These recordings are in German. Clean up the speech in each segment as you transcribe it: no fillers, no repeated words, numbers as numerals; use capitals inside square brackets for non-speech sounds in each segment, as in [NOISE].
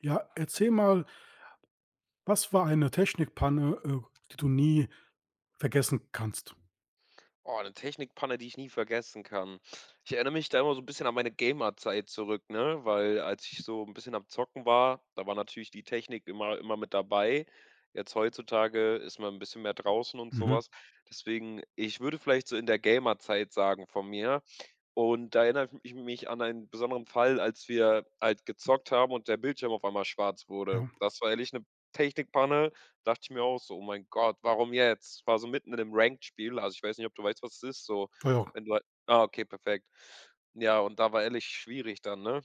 Ja, erzähl mal, was war eine Technikpanne, die du nie vergessen kannst? Oh, 'ne Technikpanne, die ich nie vergessen kann. Ich erinnere mich da immer so ein bisschen an meine Gamer-Zeit zurück, ne, weil als ich so ein bisschen am Zocken war, da war natürlich die Technik immer mit dabei. Jetzt heutzutage ist man ein bisschen mehr draußen und Mhm. sowas. Deswegen, ich würde vielleicht so in der Gamer-Zeit sagen von mir, und da erinnere ich mich an einen besonderen Fall, als wir halt gezockt haben und der Bildschirm auf einmal schwarz wurde. Ja, Das war ehrlich eine Technikpanne, dachte ich mir auch so: „Oh mein Gott, warum jetzt?“ War so mitten in 'nem Ranked-Spiel, also, ich weiß nicht, ob du weißt, was es ist, so, ja, ja. wenn du halt okay, perfekt. Ja, und da war ehrlich schwierig dann, ne?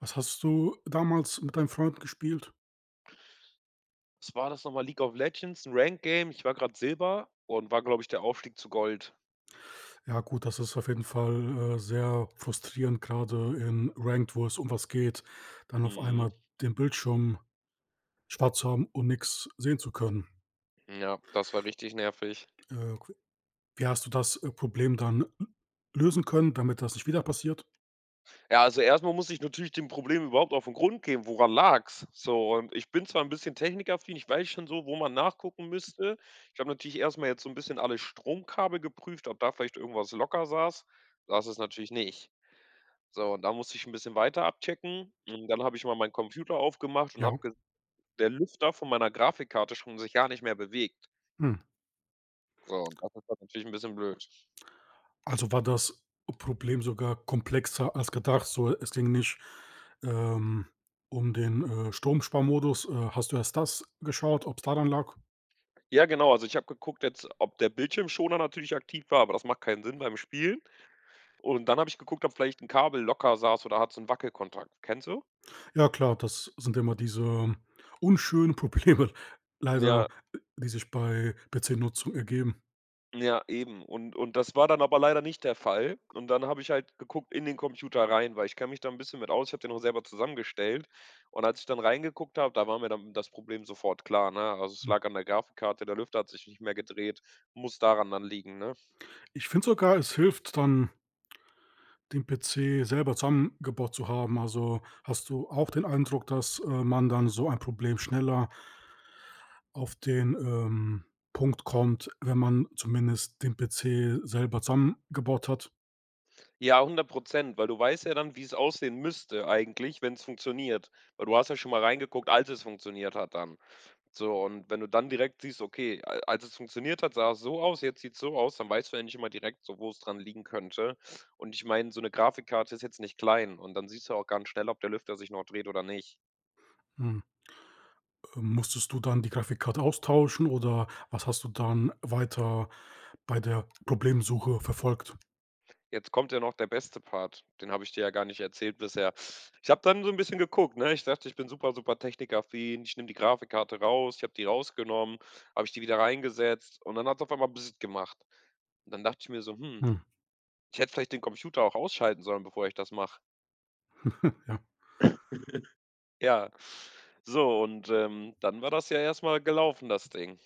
Was hast du damals mit deinem Freund gespielt? Was war das nochmal? League of Legends, ein Ranked-Game. Ich war gerade Silber und war, glaube ich, der Aufstieg zu Gold. Ja, gut, das ist auf jeden Fall, sehr frustrierend, gerade in Ranked, wo es um was geht, dann auf Mhm. einmal den Bildschirm schwarz zu haben und nix sehen zu können. Ja, das war richtig nervig. Äh, Wie hast du das, Problem dann lösen können, damit das nicht wieder passiert? Ja, also erstmal muss ich natürlich dem Problem überhaupt auf den Grund gehen. Woran lag's? So, und ich bin zwar ein bisschen technikaffin, ich weiß schon so, wo man nachgucken müsste. Ich habe natürlich erstmal jetzt so 'n bisschen alle Stromkabel geprüft, ob da vielleicht irgendwas locker saß. Saß es natürlich nicht. So, und da musste ich 'n bisschen weiter abchecken. Und dann habe ich mal meinen Computer aufgemacht und habe Ja. ge der Lüfter von meiner Grafikkarte schon sich gar nicht mehr bewegt. Hm. So, und das ist dann natürlich 'n bisschen blöd. Also, war das Problem sogar komplexer als gedacht, so es ging nicht, ähm, um den, Stromsparmodus. Hast du erst das geschaut, ob's daran lag? Ja, genau, also ich habe geguckt jetzt, ob der Bildschirmschoner natürlich aktiv war, aber das macht keinen Sinn beim Spielen. Und dann habe ich geguckt, ob vielleicht ein Kabel locker saß oder hat so 'n Wackelkontakt. Kennst du? Ja klar, das sind immer diese unschönen Probleme [LAUGHS] leider, Ja, die sich bei PC-Nutzung ergeben. ja, eben. Und das war dann aber leider nicht der Fall. Und dann habe ich halt geguckt in den Computer rein, weil ich kenne mich da 'n bisschen mit aus. Ich habe den auch selber zusammengestellt. Und als ich dann reingeguckt habe, da war mir dann das Problem sofort klar, ne? Also, es lag an der Grafikkarte, der Lüfter hat sich nicht mehr gedreht, muss daran dann liegen, ne? Ich finde sogar, es hilft dann, den PC selber zusammengebaut zu haben. Also, hast du auch den Eindruck, dass, man dann so ein Problem schneller auf den, Punkt kommt, wenn man zumindest den PC selber zusammengebaut hat? Ja, 100%. Weil du weißt ja dann, wie's aussehen müsste eigentlich, wenn's funktioniert. Weil du hast ja schon mal reingeguckt, als es funktioniert hat dann. So, und wenn du dann direkt siehst, okay, als es funktioniert hat, sah es so aus, jetzt sieht es so aus, dann weißt du endlich immer direkt so, wo es dran liegen könnte. Und ich meine, so eine Grafikkarte ist jetzt nicht klein und dann siehst du auch ganz schnell, ob der Lüfter sich noch dreht oder nicht. Mhm. Musstest du dann die Grafikkarte austauschen oder was hast du dann weiter bei der Problemsuche verfolgt? Jetzt kommt ja noch der beste Part, den habe ich dir ja gar nicht erzählt bisher. Ich habe dann so ein bisschen geguckt, ne? Ich dachte, ich bin super, super technikaffin, ich nehme die Grafikkarte raus, ich habe die rausgenommen, habe ich die wieder reingesetzt und dann hat es auf einmal Bzzzt gemacht. Und dann dachte ich mir so, hm, Hm, ich hätte vielleicht den Computer auch ausschalten sollen, bevor ich das mache. [LAUGHS] ja. Ja. So und, dann war das ja erstmal gelaufen, das Ding.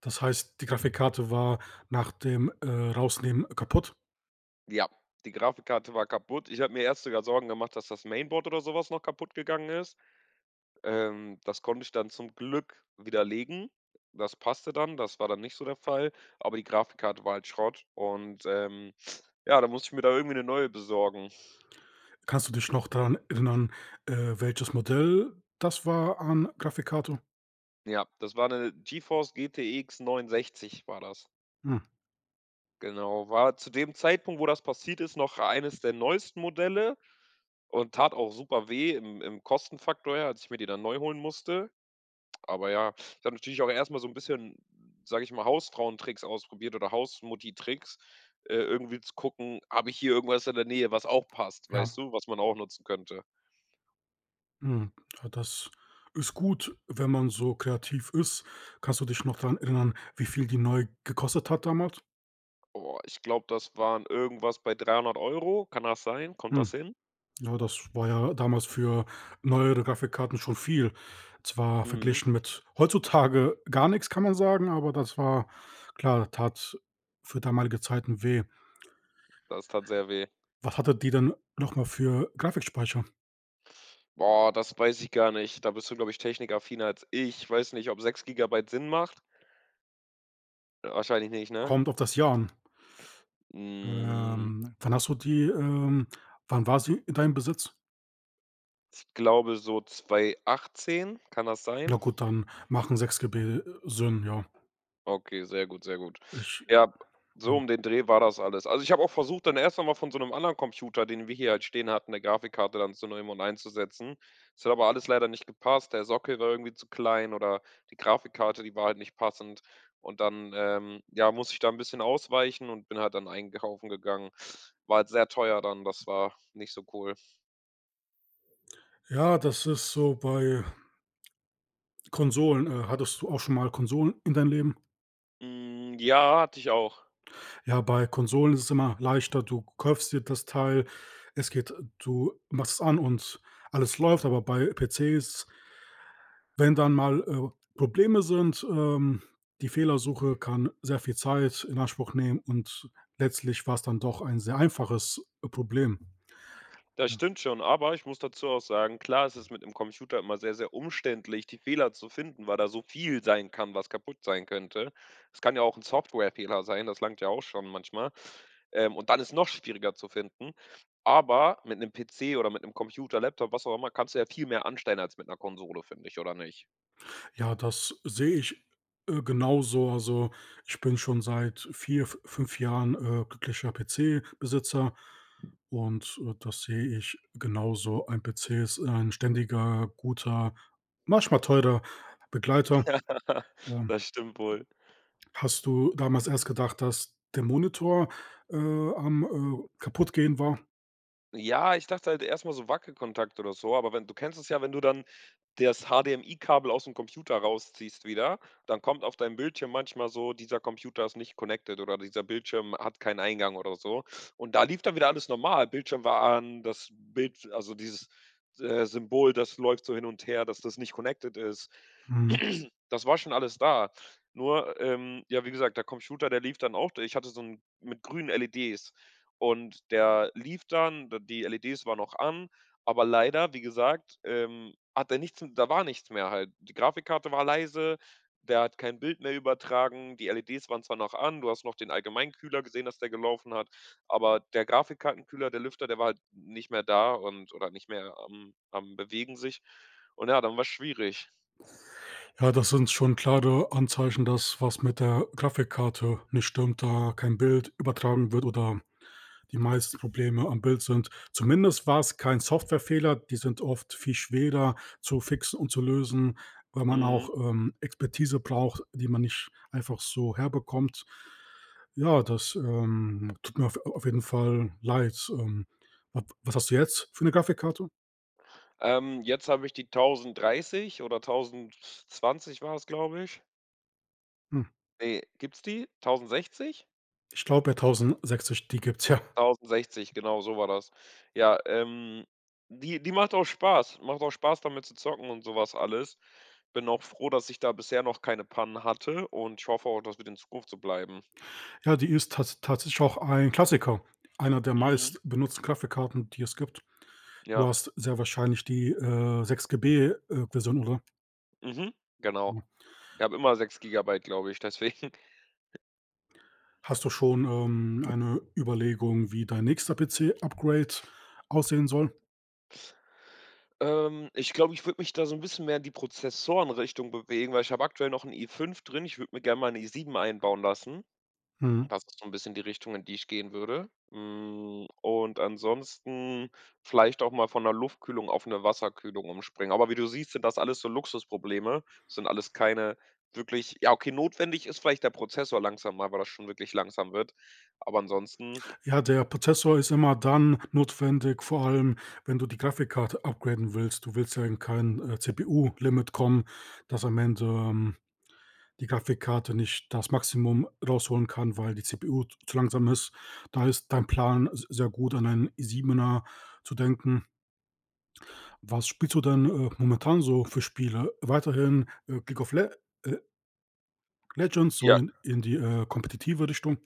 Das heißt, die Grafikkarte war nach dem, Rausnehmen kaputt. Ja, die Grafikkarte war kaputt. Ich habe mir erst sogar Sorgen gemacht, dass das Mainboard oder sowas noch kaputt gegangen ist. Das konnte ich dann zum Glück widerlegen. Das passte dann, das war dann nicht so der Fall, aber die Grafikkarte war halt Schrott und ja, da musste ich mir da irgendwie eine neue besorgen. Kannst du dich noch daran erinnern, welches Modell das war an Grafikkarte? Ja, das war eine GeForce GTX 960 war das. Hm, Genau, war zu dem Zeitpunkt, wo das passiert ist, noch eines der neuesten Modelle und tat auch super weh im Kostenfaktor her, als ich mir die dann neu holen musste. Aber ja, ich habe natürlich auch erst mal so ein bisschen, sage ich mal, Hausfrauentricks ausprobiert oder Hausmutti-Tricks, irgendwie zu gucken, habe ich hier irgendwas in der Nähe, was auch passt, ja, weißt du, was man auch nutzen könnte. hm, ja, das ist gut, wenn man so kreativ ist. Kannst du dich noch daran erinnern, wie viel die neu gekostet hat damals? Oh, ich glaube, das waren irgendwas bei 300€. Kann das sein? Kommt das Hm. hin? Ja, das war ja damals für neuere Grafikkarten schon viel. Zwar Mhm, verglichen mit heutzutage gar nichts kann man sagen, aber das war klar, tat für damalige Zeiten weh. das tat sehr weh. Was hattet die denn nochmal für Grafikspeicher? Boah, das weiß ich gar nicht. Da bist du, glaube ich, technikaffiner als ich. Ich weiß nicht, ob 6 Gigabyte Sinn macht. Wahrscheinlich nicht, ne? Kommt auf das Jahr an. Hm, Wann hast du die, wann war sie in deinem Besitz? ich glaube so 2018. Kann das Ja sein? gut, dann machen 6 GB Sinn, ja. Okay, sehr gut, sehr gut. Ich Ja, so um den Dreh war das alles. Also, ich habe auch versucht, dann erst einmal von so einem anderen Computer, den wir hier halt stehen hatten, 'ne Grafikkarte dann zu nehmen und einzusetzen. Das hat aber alles leider nicht gepasst. Der Sockel war irgendwie zu klein oder die Grafikkarte, die war halt nicht passend. Und dann, ja, muss ich da ein bisschen ausweichen und bin halt dann einkaufen gegangen. War halt sehr teuer dann, das war nicht so cool. Ja, das ist so bei Konsolen. Hattest du auch schon mal Konsolen in deinem Leben? Hm, ja, hatte ich auch. Ja, bei Konsolen ist es immer leichter. Du kaufst dir das Teil, es geht du machst es an und alles läuft, aber bei PCs, wenn dann mal, Probleme sind, die Fehlersuche kann sehr viel Zeit in Anspruch nehmen und letztlich war es dann doch ein sehr einfaches, Problem. Das Ja. stimmt schon, aber ich muss dazu auch sagen, klar, es ist mit dem Computer immer sehr, sehr umständlich, die Fehler zu finden, weil da so viel sein kann, was kaputt sein könnte. Es kann ja auch ein Softwarefehler sein, das langt ja auch schon manchmal. Und dann ist noch schwieriger zu finden. Aber mit 'nem PC oder mit einem Computer, Laptop, was auch immer, kannst du ja viel mehr anstellen als mit einer Konsole, finde ich, oder nicht? Ja, das sehe ich, genauso. Also, ich bin schon seit 4, f 5 Jahren, glücklicher PC-Besitzer und, das sehe ich genauso. Ein PC ist ein ständiger, guter, manchmal teurer Begleiter. [LAUGHS] Ähm, Das stimmt wohl. hast du damals erst gedacht, dass der Monitor, am, Kaputtgehen war? Ja, ich dachte halt erstmal so Wackelkontakt oder so, aber wenn du kennst es ja, wenn du dann das HDMI-Kabel aus dem Computer rausziehst wieder, dann kommt auf deinem Bildschirm manchmal so: „Dieser Computer ist nicht connected“ oder „Dieser Bildschirm hat keinen Eingang“ oder so. Und da lief dann wieder alles normal. Bildschirm war an, das Bild also dieses, Symbol, das läuft so hin und her, dass das nicht connected ist. Mhm. [CLEARS THROAT] Das war schon alles da. Nur, ja, wie gesagt, der Computer, der lief dann auch, ich hatte so einen mit grünen LEDs. Und der lief dann, d die LEDs waren noch an, aber leider, wie gesagt, hat er nichts, da war nichts mehr halt. Die Grafikkarte war leise, der hat kein Bild mehr übertragen, die LEDs waren zwar noch an, du hast noch den Allgemeinkühler gesehen, dass der gelaufen hat, aber der Grafikkartenkühler, der Lüfter, der war halt nicht mehr da und oder nicht mehr am Bewegen sich. Und ja, dann war es schwierig. Ja, das sind schon klare Anzeichen, dass was mit der Grafikkarte nicht stimmt, da kein Bild übertragen wird oder die meisten Probleme am Bild sind. Zumindest war es kein Softwarefehler, die sind oft viel schwerer zu fixen und zu lösen, weil man Mhm. auch, Expertise braucht, die man nicht einfach so herbekommt. Ja, das, tut mir auf jeden Fall leid. Wa was hast du jetzt für eine Grafikkarte? Jetzt habe ich die 1030 oder 1020 war es, glaube ich. Hm, Ne, gibt's die? 1060? ich glaube, ja 1060, die gibt's, ja. 1060, genau, so war das. Ja, die die macht auch Spaß. Macht auch Spaß, damit zu zocken und sowas alles. Bin auch froh, dass ich da bisher noch keine Pannen hatte und ich hoffe auch, das wird in Zukunft so bleiben. Ja, die ist tatsächlich auch ein Klassiker, einer der Mhm. meist benutzten Grafikkarten, die es gibt. Ja. Du hast sehr wahrscheinlich die, 6 GB, Version, oder? Mhm. Genau. Ich habe immer 6 GB, glaube ich, deswegen. [LAUGHS] Hast du schon, eine Überlegung, wie dein nächster PC-Upgrade aussehen soll? Ich glaube, ich würde mich da so ein bisschen mehr in die Prozessorenrichtung bewegen, weil ich habe aktuell noch einen i5 drin. Ich würde mir gerne mal 'n i7 einbauen lassen. Mhm. Das ist so ein bisschen die Richtung, in die ich gehen würde. Hm, und ansonsten vielleicht auch mal von 'ner Luftkühlung auf eine Wasserkühlung umspringen. Aber wie du siehst, sind das alles so Luxusprobleme, sind alles keine wirklich, ja, okay, notwendig ist vielleicht der Prozessor langsam mal, weil das schon wirklich langsam wird. Aber ansonsten Ja, der Prozessor ist immer dann notwendig, vor allem, wenn du die Grafikkarte upgraden willst. Du willst ja in kein, CPU-Limit kommen, dass am Ende, die Grafikkarte nicht das Maximum rausholen kann, weil die CPU z zu langsam ist. Da ist dein Plan s sehr gut, an einen i7er zu denken. Was spielst du denn, momentan so für Spiele? Weiterhin, League of Le äh, Legends, so ja, in die, kompetitive Richtung.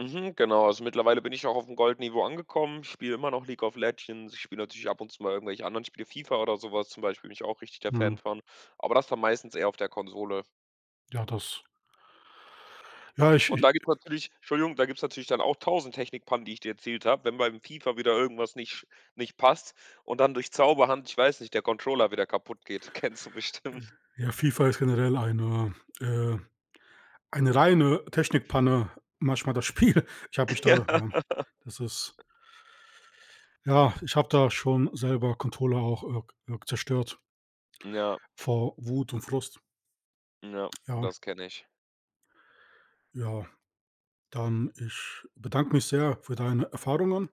mhm, genau. Also, mittlerweile bin ich auch auf dem Goldniveau angekommen. Ich spiele immer noch League of Legends. Ich spiele natürlich ab und zu mal irgendwelche anderen Spiele, FIFA oder sowas zum Beispiel, bin ich auch richtig der Mhm. Fan von. Aber das dann meistens eher auf der Konsole. Ja, das ja, ich Und ich da gibt's natürlich, Entschuldigung, da gibt's natürlich dann auch tausend Technikpannen, die ich dir erzählt habe, wenn beim FIFA wieder irgendwas nicht passt und dann durch Zauberhand, ich weiß nicht, der Controller wieder kaputt geht. [LAUGHS] Kennst du bestimmt. Ja, FIFA ist generell äh, eine reine Technikpanne, manchmal das [LAUGHS] Spiel. Ich habe mich [LAUGHS] Ja. da ja, das ist Ja, ich habe da schon selber Controller auch, zerstört Ja, vor Wut und Frust. ja, Ja, das kenne ich. ja, dann ich bedanke mich sehr für deine Erfahrungen.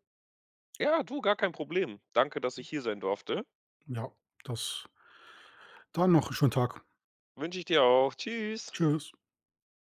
Ja, du, gar kein Problem. Danke, dass ich hier sein durfte. Ja, das Dann noch 'n schönen Tag. Wünsche ich dir auch. Tschüss. Tschüss.